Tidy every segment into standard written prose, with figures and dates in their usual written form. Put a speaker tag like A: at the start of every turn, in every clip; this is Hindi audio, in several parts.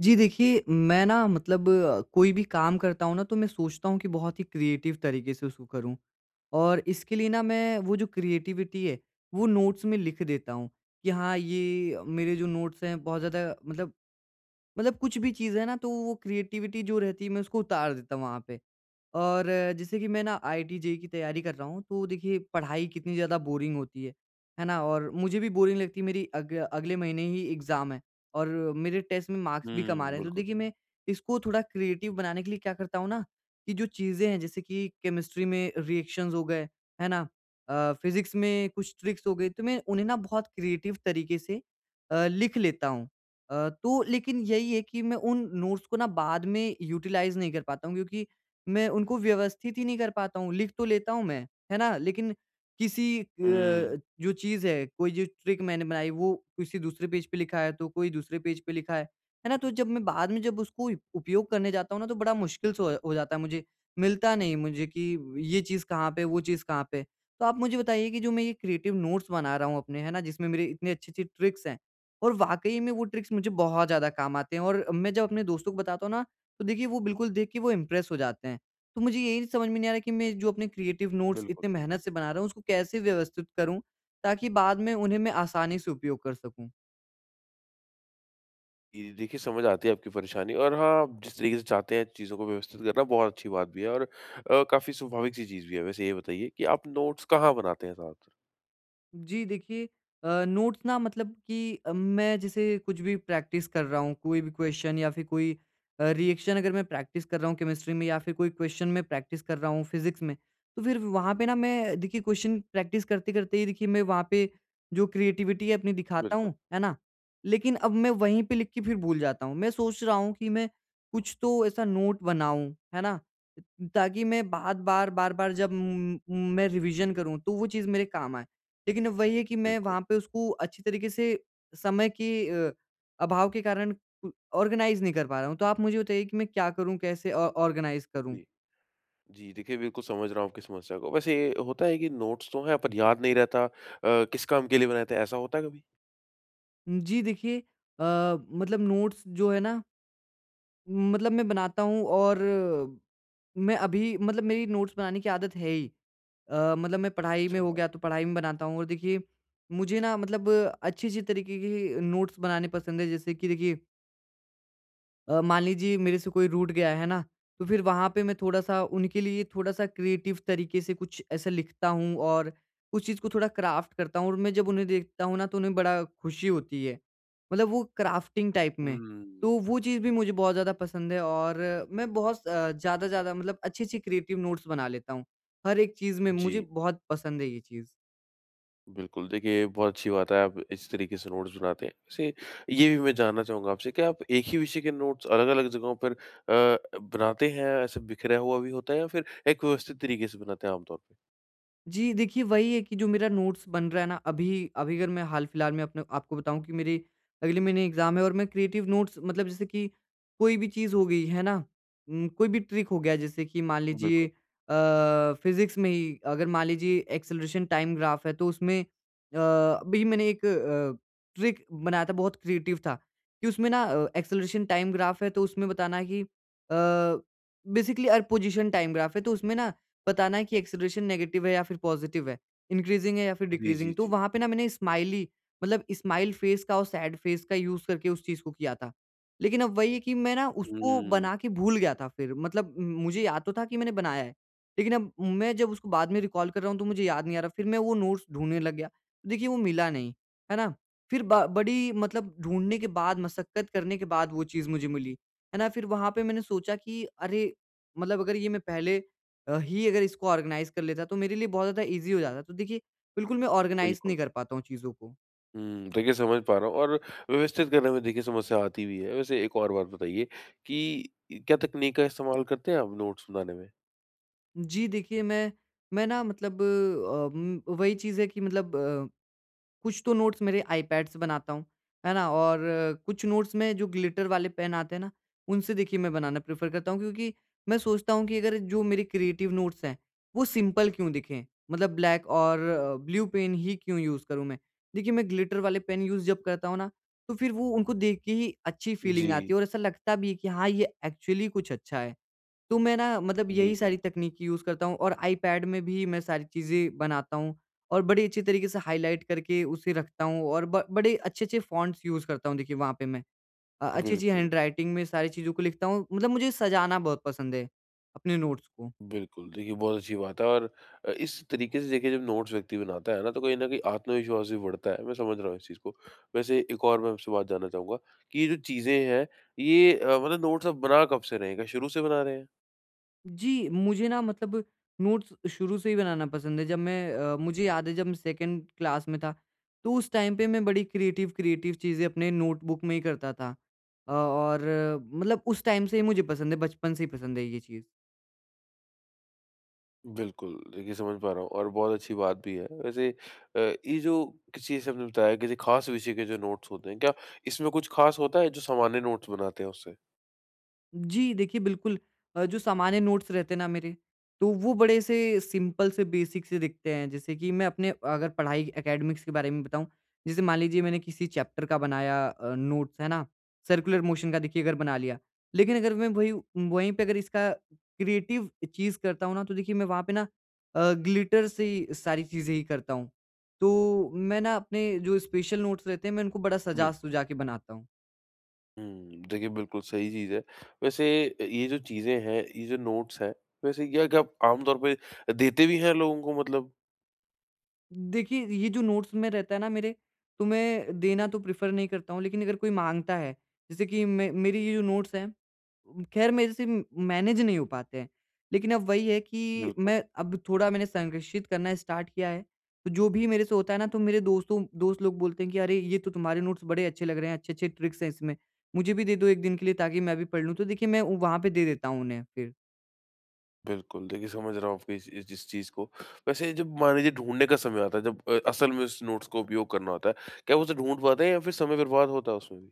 A: जी देखिए, मैं ना मतलब कोई भी काम करता हूँ ना तो मैं सोचता हूँ कि बहुत ही क्रिएटिव तरीके से उसको करूँ। और इसके लिए ना मैं वो जो क्रिएटिविटी है वो नोट्स में लिख देता हूँ कि हाँ, ये मेरे जो नोट्स हैं बहुत ज़्यादा मतलब कुछ भी चीज़ है ना तो वो क्रिएटिविटी जो रहती है मैं उसको उतार देता हूँ वहाँ पे। और जैसे कि मैं ना आईआईटी-जेईई की तैयारी कर रहा हूँ, तो देखिए पढ़ाई कितनी ज़्यादा बोरिंग होती है ना? और मुझे भी बोरिंग लगती है मेरी अग अगले महीने ही एग्ज़ाम है और मेरे टेस्ट में मार्क्स भी कम आ
B: हुँ,
A: रहे हैं। तो
B: बिल्कुल।
A: देखिए मैं इसको थोड़ा क्रिएटिव बनाने के लिए क्या करता हूँ ना, कि जो चीज़ें हैं जैसे कि केमिस्ट्री में रिएक्शंस हो गए, है ना? फिज़िक्स में कुछ ट्रिक्स हो गई, तो मैं उन्हें ना बहुत क्रिएटिव तरीके से लिख लेता हूँ। तो लेकिन यही है कि मैं उन नोट्स को ना बाद में यूटिलाइज़ नहीं कर पाता हूँ क्योंकि मैं उनको व्यवस्थित ही नहीं कर पाता हूँ, लिख तो लेता हूँ मैं, है ना? लेकिन किसी
B: हुँ,
A: जो चीज़ है, कोई जो ट्रिक मैंने बनाई वो किसी दूसरे पेज पे लिखा है, तो कोई दूसरे पेज पे लिखा है ना? तो जब मैं बाद में जब उसको उपयोग करने जाता हूँ ना, तो बड़ा मुश्किल से हो जाता है मुझे, मिलता नहीं मुझे कि ये चीज़ कहाँ पे, वो चीज़ कहाँ पे। तो आप मुझे बताइए कि जो मैं ये क्रिएटिव नोट्स बना रहा हूँ अपने, है ना? जिसमें मेरे इतने अच्छी-अच्छी ट्रिक्स हैं और वाक़ई में वो ट्रिक्स मुझे बहुत ज़्यादा काम आते हैं और मैं जब अपने दोस्तों को बताता हूँ ना, तो देखिए वो बिल्कुल देख के वो इम्प्रेस हो जाते हैं। तो मुझे यही समझ में नहीं आ रहा कि मैं जो अपने क्रिएटिव नोट्स
B: बिल्कुल।
A: इतने मेहनत से बना रहा हूँ उसको कैसे व्यवस्थित करूँ, ताकि बाद में उन्हें मैं आसानी से उपयोग कर सकूँ?
B: ये देखिए समझ आती है आपकी परेशानी और हाँ, आप जिस तरीके से चाहते हैं चीज़ों को व्यवस्थित करना बहुत अच्छी बात भी है और काफ़ी स्वाभाविक सी चीज़ भी है। वैसे ये बताइए कि आप नोट्स कहाँ बनाते हैं ज़्यादातर?
A: जी, देखिए नोट्स ना मतलब कि मैं जैसे कुछ भी प्रैक्टिस कर रहा हूँ, कोई भी क्वेश्चन या फिर कोई रिएक्शन अगर मैं प्रैक्टिस कर रहा हूँ केमिस्ट्री में या फिर कोई क्वेश्चन मैं प्रैक्टिस कर रहा हूँ फिज़िक्स में, तो फिर वहाँ पे ना मैं देखिए क्वेश्चन प्रैक्टिस करते-करते ही देखिए मैं वहाँ पे जो क्रिएटिविटी है अपनी दिखाता
B: बिल्कुल,
A: हूँ, है ना? लेकिन अब मैं वहीं पे लिख के फिर भूल जाता हूँ। मैं सोच रहा हूँ कि मैं कुछ तो ऐसा नोट बनाऊँ, है ना? ताकि मैं बार-बार, बार-बार जब मैं रिवीज़न करूँ तो वो चीज़ मेरे काम आए। लेकिन वही है कि मैं
B: बिल्कुल।
A: वहाँ पे उसको अच्छी तरीके से समय के अ, अभाव के कारण उ ऑर्गनाइज़ नहीं कर पा रहा हूँ। तो आप मुझे बताइए कि मैं क्या करूँ, कैसे ऑ ऑर्गनाइज़ करूँ?
B: जी। जी, देखिए बिल्कुल समझ रहा हूँ आपकी समस्या को। वैसे ये होता है कि नोट्स तो हैं पर याद नहीं रहता किस काम के लिए बनाए थे, ऐसा होता है कभी?
A: जी देखिए मतलब नोट्स जो है ना मतलब मैं बनाता हूँ और मैं अभी मतलब मेरी नोट्स बनाने की आदत है ही। मतलब मैं पढ़ाई में हो
B: अच्छा।
A: गया तो पढ़ाई में बनाता हूँ और देखिए मुझे ना मतलब अच्छी-अच्छी तरीके के नोट्स बनाने पसंद है जैसे कि देखिए मान लीजिए मेरे से कोई रूठ गया है ना, तो फिर वहाँ पे मैं थोड़ा-सा उनके लिए थोड़ा-सा क्रिएटिव तरीके से कुछ ऐसा लिखता हूँ और उस चीज़ को थोड़ा क्राफ्ट करता हूँ और मैं जब उन्हें देखता हूँ ना, तो उन्हें बड़ा खुशी होती है। मतलब वो क्राफ्टिंग टाइप में,
B: हुँ।
A: तो वो चीज़ भी मुझे बहुत ज़्यादा पसंद है और मैं बहुत ज़्यादा-ज़्यादा मतलब अच्छी-अच्छी क्रिएटिव नोट्स बना लेता हूँ। हर एक चीज़ में मुझे
B: जी।
A: बहुत पसंद है ये चीज़।
B: बिल्कुल, देखिए बहुत अच्छी बात है आप इस तरीके से नोट्स बनाते हैं। वैसे ये भी मैं जानना चाहूँगा आपसे कि आप एक ही विषय के नोट्स अलग-अलग जगहों पर बनाते हैं ऐसे बिखरा हुआ भी होता है या फिर एक व्यवस्थित तरीके से बनाते हैं आमतौर पे?
A: जी, देखिए वही है कि जो मेरा नोट्स बन रहा है ना अभी अभी अगर मैं हाल फ़िलहाल में अपने आपको बताऊँ कि मेरी अगले महीने एग्ज़ाम है और मैं क्रिएटिव नोट्स मतलब जैसे कि कोई भी चीज़ हो गई, है ना? कोई भी ट्रिक हो गया जैसे कि मान लीजिए
B: बिल्कुल।
A: फ़िज़िक्स में ही अगर मान लीजिए एक्सेलरेशन टाइम ग्राफ है तो उसमें अभी मैंने एक ट्रिक बनाया था बहुत क्रिएटिव था कि उसमें ना एक्सेलरेशन टाइम ग्राफ है तो उसमें बताना है कि basically uh position time graph है तो उसमें ना बताना है कि एक्सेलरेशन नेगेटिव है या फिर पॉजिटिव है, इंक्रीज़िंग है या फिर
B: जी, जी,
A: डिक्रीज़िंग। तो
B: जी।
A: वहाँ पे ना मैंने स्माइली मतलब स्माइल फ़ेस का और सैड फ़ेस का यूज़ करके उस चीज़ को किया था। लेकिन अब वही है कि मैं ना उसको
B: हुँ,
A: बना के भूल गया था फिर मतलब मुझे याद तो था कि मैंने बनाया है। लेकिन अब मैं जब उसको बाद में रिकॉल कर रहा हूँ तो मुझे याद नहीं आ रहा। फिर मैं वो नोट्स ढूँढने लग गया। तो देखिए वो मिला नहीं, है ना? फिर ब बड़ी मतलब ढूँढने के बाद मशक्कत करने के बाद वो चीज़ मुझे मिली, है ना? फिर वहाँ पे मैंने सोचा कि अरे! मतलब अगर ये मैं पहले ही अगर इसको ऑर्गेनाइज़ कर लेता तो मेरे लिए बहुत ज़्यादा ईज़ी हो जाता। तो देखिए बिल्कुल मैं ऑर्गेनाइज़
B: बिल्कुल।
A: नहीं कर पाता हूँ चीज़ों को।
B: हुँ, देखिए समझ पा रहा हूँ और व्यवस्थित करने में देखिए समस्या आती भी है। वैसे एक और बात बताइए कि क्या तकनीक का इस्तेमाल करते हैं आप नोट्स बनाने में?
A: जी देखिए मैं ना मतलब वही चीज़ है कि मतलब कुछ तो नोट्स मेरे आईपैड से बनाता हूँ, है ना? और कुछ नोट्स मैं जो ग्लिटर वाले पेन आते हैं ना, उनसे देखिए मैं बनाना प्रेफ़र करता हूँ क्योंकि मैं सोचता हूँ कि अगर जो मेरे क्रिएटिव नोट्स हैं, वो सिंपल क्यों दिखें? मतलब ब्लैक और ब्लू पेन ही क्यों यूज़ करूँ मैं? देखिए मैं ग्लिटर वाले पेन यूज़ जब करता हूँ ना, तो फिर वो उनको देख के ही अच्छी फ़ीलिंग आती
B: जी,
A: है और ऐसा लगता भी है कि हाँ, ये एक्चुअली कुछ अच्छा है। तो मैं ना मतलब यही
B: बिल्कुल,
A: सारी तकनीक यूज़ करता हूँ और आईपैड में भी मैं सारी चीज़ें बनाता हूँ और बड़ी अच्छी तरीके से हाइलाइट करके उसे रखता हूँ और ब बड़े अच्छे-अच्छे फ़ॉन्ट्स यूज़ करता हूँ देखिए वहाँ पे मैं। अच्छी-अच्छी
B: बिल्कुल।
A: हैंडराइटिंग में सारी चीज़ों को लिखता हूँ, मतलब मुझे सजाना बहुत पसंद है अपने नोट्स को।
B: बिल्कुल, देखिए बहुत अच्छी बात है और इस तरीके से देखिए जब नोट्स व्यक्ति बनाता है ना, तो कहीं न कहीं आत्मविश्वास भी बढ़ता है, मैं समझ रहा हूँ इस चीज़ को। वैसे एक और मैं आपसे बात जानना चाहूँगा कि ये जो चीज़ें हैं, ये मतलब नोट्स आप बना कब से रहे हैं? क्या शुरू से बना रहे हैं?
A: जी, मुझे ना मतलब नोट्स शुरू से ही बनाना पसंद है। जब मैं मुझे याद है जब मैं सेकंड क्लास में था, तो उस टाइम पे मैं बड़ी क्रिएटिव-क्रिएटिव चीज़ें अपने नोटबुक में ही करता था। और मतलब उस टाइम से ही मुझे पसंद है, बचपन से ही पसंद है ये चीज़।
B: बिल्कुल, देखिए समझ पा रहा हूँ और बहुत अच्छी बात भी है। वैसे ये जो किसी जैसे आपने बताया किसी खास विषय के जो नोट्स होते हैं, क्या इसमें कुछ खास होता है जो सामान्य नोट्स बनाते हैं उससे?
A: जी, देखिए बिल्कुल जो सामान्य नोट्स रहते हैं ना मेरे, तो वो बड़े से सिंपल से बेसिक से दिखते हैं। जैसे कि मैं अपने अगर पढ़ाई एकेडमिक्स के बारे में बताऊँ, जैसे मान लीजिए मैंने किसी चैप्टर का बनाया नोट्स, है ना? सर्कुलर मोशन का देखिए अगर बना लिया, लेकिन अगर मैं वही वहीं पे अगर इसका क्रिएटिव चीज़ करता हूँ ना, तो देखिए मैं वहाँ पे ना ग्लिटर से ही सारी चीज़ें ही करता हूँ। तो मैं ना अपने जो स्पेशल नोट्स रहते हैं, मैं उनको बड़ा
B: बिल
A: सजा-सुजा के बनाता हूँ।
B: हुँ, देखिए बिल्कुल सही चीज़ है। वैसे ये जो चीज़ें हैं, ये जो नोट्स हैं, वैसे क्या क्या आप आम तौर पे देते भी हैं लोगों को मतलब?
A: देखिए, ये जो नोट्स में रहता है ना मेरे, तो मैं देना तो प्रेफ़र नहीं करता हूँ, लेकिन अगर कोई माँगता है, जैसे कि मे मेरी ये जो नोट्स हैं, ख़ैर मेरे से मैनेज नहीं हो पाते हैं। लेकिन अब वही है कि
B: बिल्कुल,
A: मैं अब थोड़ा मैंने संरक्षित करना स्टार्ट किया है, तो जो भी मेरे से होता है ना, तो मेरे दोस्त लोग बोलते हैं कि, "अरे! ये तो तुम्हारे नोट्स बड़े अच्छे लग रहे हैं, अच्छे-अच्छे ट्रिक्स हैं इसमें, मुझे भी दे दो 1 दिन के लिए ताकि मैं भी पढ़ लूँ।" तो देखिए, मैं वहाँ पे दे देता हूँ उन्हें फिर।
B: बिल्कुल। देखिए समझ रहा हूँ आपकी इस चीज़ को। वैसे जब मान लीजिए ढूँढने का समय आता है, जब असल में उस नोट्स का उपयोग करना होता है, क्या वो उसे ढूँढ पाते हैं या फिर समय बर्बाद होता है उसमें भी?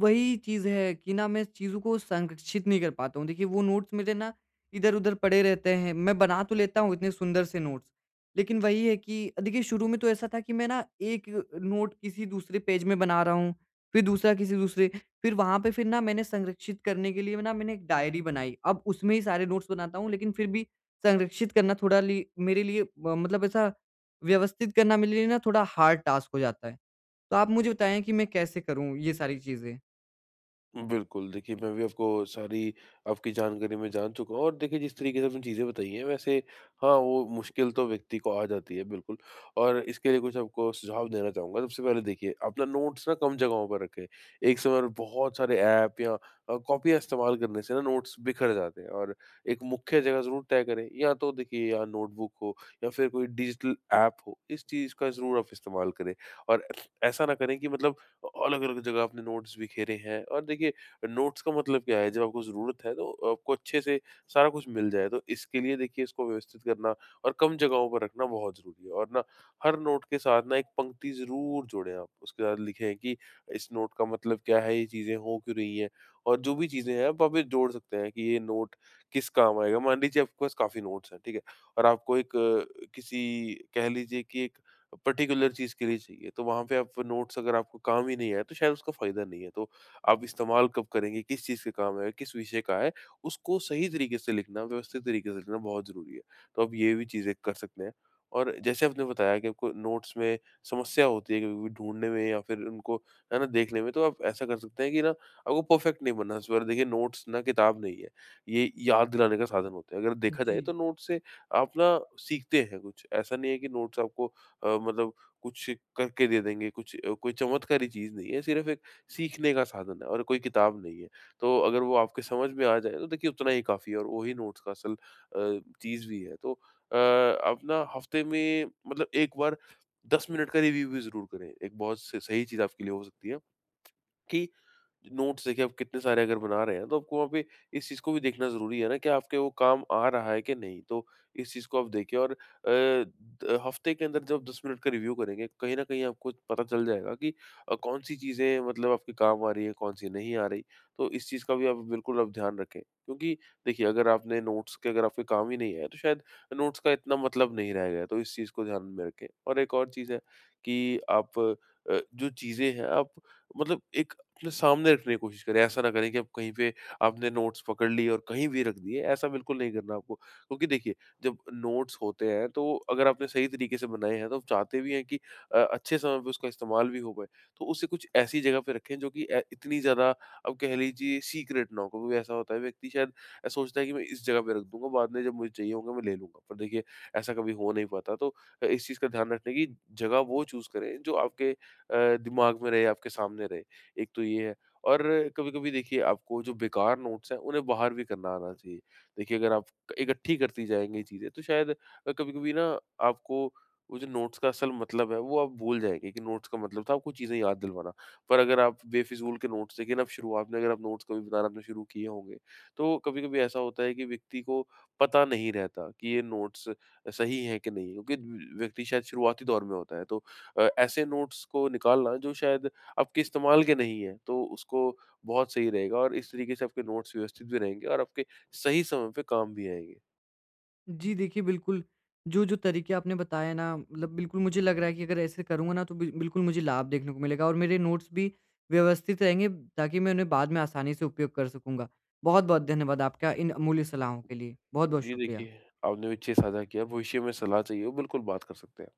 A: वही चीज़ है कि ना मैं चीज़ों को संरक्षित नहीं कर पाता हूँ। देखिए वो नोट्स मेरे ना इधर-उधर पड़े रहते हैं। मैं बना तो लेता हूँ इतने सुंदर से नोट्स, लेकिन वही है कि देखिए शुरू में तो ऐसा था कि मैं ना एक नोट किसी दूसरे पेज में बना रहा हूँ, फिर दूसरा किसी दूसरे फिर वहाँ पे फिर ना मैंने संरक्षित करने के लिए ना मैंने एक डायरी बनाई। अब उसमें ही सारे नोट्स बनाता हूँ लेकिन फिर भी संरक्षित करना थोड़ा लि मेरे लिए म मतलब ऐसा व्यवस्थित करना मेरे लिए ना थोड़ा हार्ड टास्क हो जाता है। तो आप मुझे बताएँ कि मैं कैसे करूँ ये सारी चीज़ें?
B: बिल्कुल, देखिए मैं भी आपको सारी आपकी जानकारी में जान चुका हूँ और देखिए जिस तरीके से आपने चीज़ें बताई हैं वैसे हाँ, वो मुश्किल तो व्यक्ति को आ जाती है बिल्कुल और इसके लिए कुछ आपको सुझाव देना चाहूँगा। सबसे पहले देखिए अपना नोट्स ना कम जगहों पर रखें। एक समय पर बहुत सारे ऐप या कॉपियाँ इस्तेमाल करने से ना नोट्स बिखर जाते हैं और एक मुख्य जगह ज़रूर तय करें। या तो देखिए या नोटबुक हो या फिर कोई डिजिटल ऐप हो, इस चीज़ का ज़रूर आप इस्तेमाल करें और ऐसा ना करें कि मतलब अलग-अलग जगह आपने नोट्स बिखेरे हैं और देखिए नोट्स का मतलब क्या है जब आपको ज़रूरत है तो आपको अच्छे से सारा कुछ मिल जाए। तो इसके लिए देखिए इसको व्यवस्थित करना और कम जगहों पर रखना बहुत ज़रूरी है और ना हर नोट के साथ ना एक पंक्ति ज़रूर जोड़ें आप। उसके साथ लिखें कि इस नोट का मतलब क्या है? ये चीज़ें हो क्यों रही हैं? और जो भी चीज़ें हैं आप अभी जोड़ सकते हैं कि ये नोट किस काम आएगा? मान लीजिए आपके पास काफ़ी नोट्स हैं, ठीक है? और आपको एक किसी कह लीजिए कि एक पर्टिकुलर चीज़ के लिए चाहिए, तो वहाँ पे आप नोट्स अगर आपको काम ही नहीं आए, तो शायद उसका फ़ायदा नहीं है। तो आप इस्तेमाल कब करेंगे, किस चीज़ के काम आएगा, किस विषय का है, उसको सही तरीके से लिखना, व्यवस्थित तरीके से लिखना बहुत ज़रूरी है। तो आप ये भी चीज़ें कर सकते हैं और जैसे आपने बताया कि आपको नोट्स में समस्या होती है कभी-कभी ढूँढने में या फिर उनको, है ना, देखने में, तो आप ऐसा कर सकते हैं कि ना आपको परफ़ेक्ट नहीं बनना। इस बार देखिए नोट्स ना किताब नहीं है, ये याद दिलाने का साधन होता है। अगर देखा जाए
A: जी।
B: तो नोट्स से आप ना सीखते हैं कुछ, ऐसा नहीं है कि नोट्स आपको मतलब कुछ करके दे देंगे कुछ कोई चमत्कारी चीज़ नहीं है, सिर्फ़ एक सीखने का साधन है और कोई किताब नहीं है। तो अगर वो आपके समझ में आ जाए तो देखिए उतना ही काफ़ी है और वही नोट्स का असल चीज़ भी है। तो आप ना हफ़्ते में मतलब एक बार 10 मिनट का रिव्यू भी ज़रूर करें। एक बहुत स सही चीज़ आपके लिए हो सकती है कि नोट्स देखिए आप कितने सारे अगर बना रहे हैं तो आपको वहाँ पे इस चीज़ को भी देखना ज़रूरी है ना कि आपके वो काम आ रहा है कि नहीं। तो इस चीज़ को आप देखिए और द हफ्ते के अंदर जब 10 मिनट का रिव्यू करेंगे कहीं न कहीं आपको पता चल जाएगा कि कौन-सी चीज़ें मतलब आपके काम आ रही है, कौन-सी नहीं आ रही। तो इस चीज़ का भी आप बिल्कुल आप ध्यान रखें। क्योंकि देखिए अगर आपने नोट्स के अगर आपके काम ही नहीं है तो शायद नोट्स का इतना मतलब नहीं रहेगा। तो इस चीज़ को ध्यान में रखें। और एक और चीज़ है कि आप जो चीज़ें हैं आप मतलब एक अपने सामने रखने की कोशिश करें। ऐसा ना करें कि अब कहीं पे आपने नोट्स पकड़ लिए और कहीं भी रख दिए, ऐसा बिल्कुल नहीं करना आपको। क्योंकि देखिए, जब नोट्स होते हैं तो अगर आपने सही तरीके से बनाए हैं, तो आप चाहते भी हैं कि अच्छे समय पे उसका इस्तेमाल भी हो पाए। तो उसे कुछ ऐसी जगह पे रखें जो कि ए इतनी ज़्यादा आप कह लीजिए सीक्रेट ना हो। क्योंकि ऐसा होता है व्यक्ति शायद सोचता है कि मैं इस जगह पे रख दूँगा, बाद में जब मुझे चाहिए होगा मैं ले लूँगा। पर देखिए ऐसा कभी हो नहीं पाता। तो इस चीज़ का ध्यान रखने की जगह वो चूज़ करें जो आपके दिमाग में रहे, आपके सामने रहे। एक तो ये है। और कभी-कभी देखिए आपको जो बेकार नोट्स हैं, उन्हें बाहर भी करना आना चाहिए। देखिए अगर आप इकट्ठी करती जाएँगी चीज़ें, तो शायद कभी-कभी ना आपको वो जो नोट्स का असल मतलब है, वो आप भूल जाएँगे कि नोट्स का मतलब था आपको चीज़ें याद दिलवाना। पर अगर आप बेफिज़ूल के नोट्स देखिए ना, अब शुरुआत में अगर आप नोट्स कभी बनाना आपने शुरू किए होंगे, तो कभी-कभी ऐसा होता है कि व्यक्ति को पता नहीं रहता कि ये नोट्स सही हैं कि नहीं, क्योंकि व्यक्ति शायद शुरुआती दौर में होता है। तो ऐसे नोट्स को निकालना जो शायद आपके इस्तेमाल के नहीं है, तो उसको बहुत सही रहेगा और इस तरीके से आपके नोट्स व्यवस्थित भी रहेंगे और आपके सही समय पे काम भी आएँगे।
A: जी, देखिए बिल्कुल, जो, जो तरीके आपने बताए ना मतलब बिल्कुल मुझे लग रहा है कि अगर ऐसे करूँगा ना तो बिल्कुल मुझे लाभ देखने को मिलेगा और मेरे नोट्स भी व्यवस्थित रहेंगे ताकि मैं उन्हें बाद में आसानी से उपयोग कर सकूँगा। बहुत-बहुत धन्यवाद आपका इन अमूल्य सलाहों के लिए। बहुत-बहुत
B: जी,
A: शुक्रिया।
B: देखिए आपने विषय साझा किया, भविष्य में सलाह चाहिए हो, बिल्कुल बात कर सकते हैं।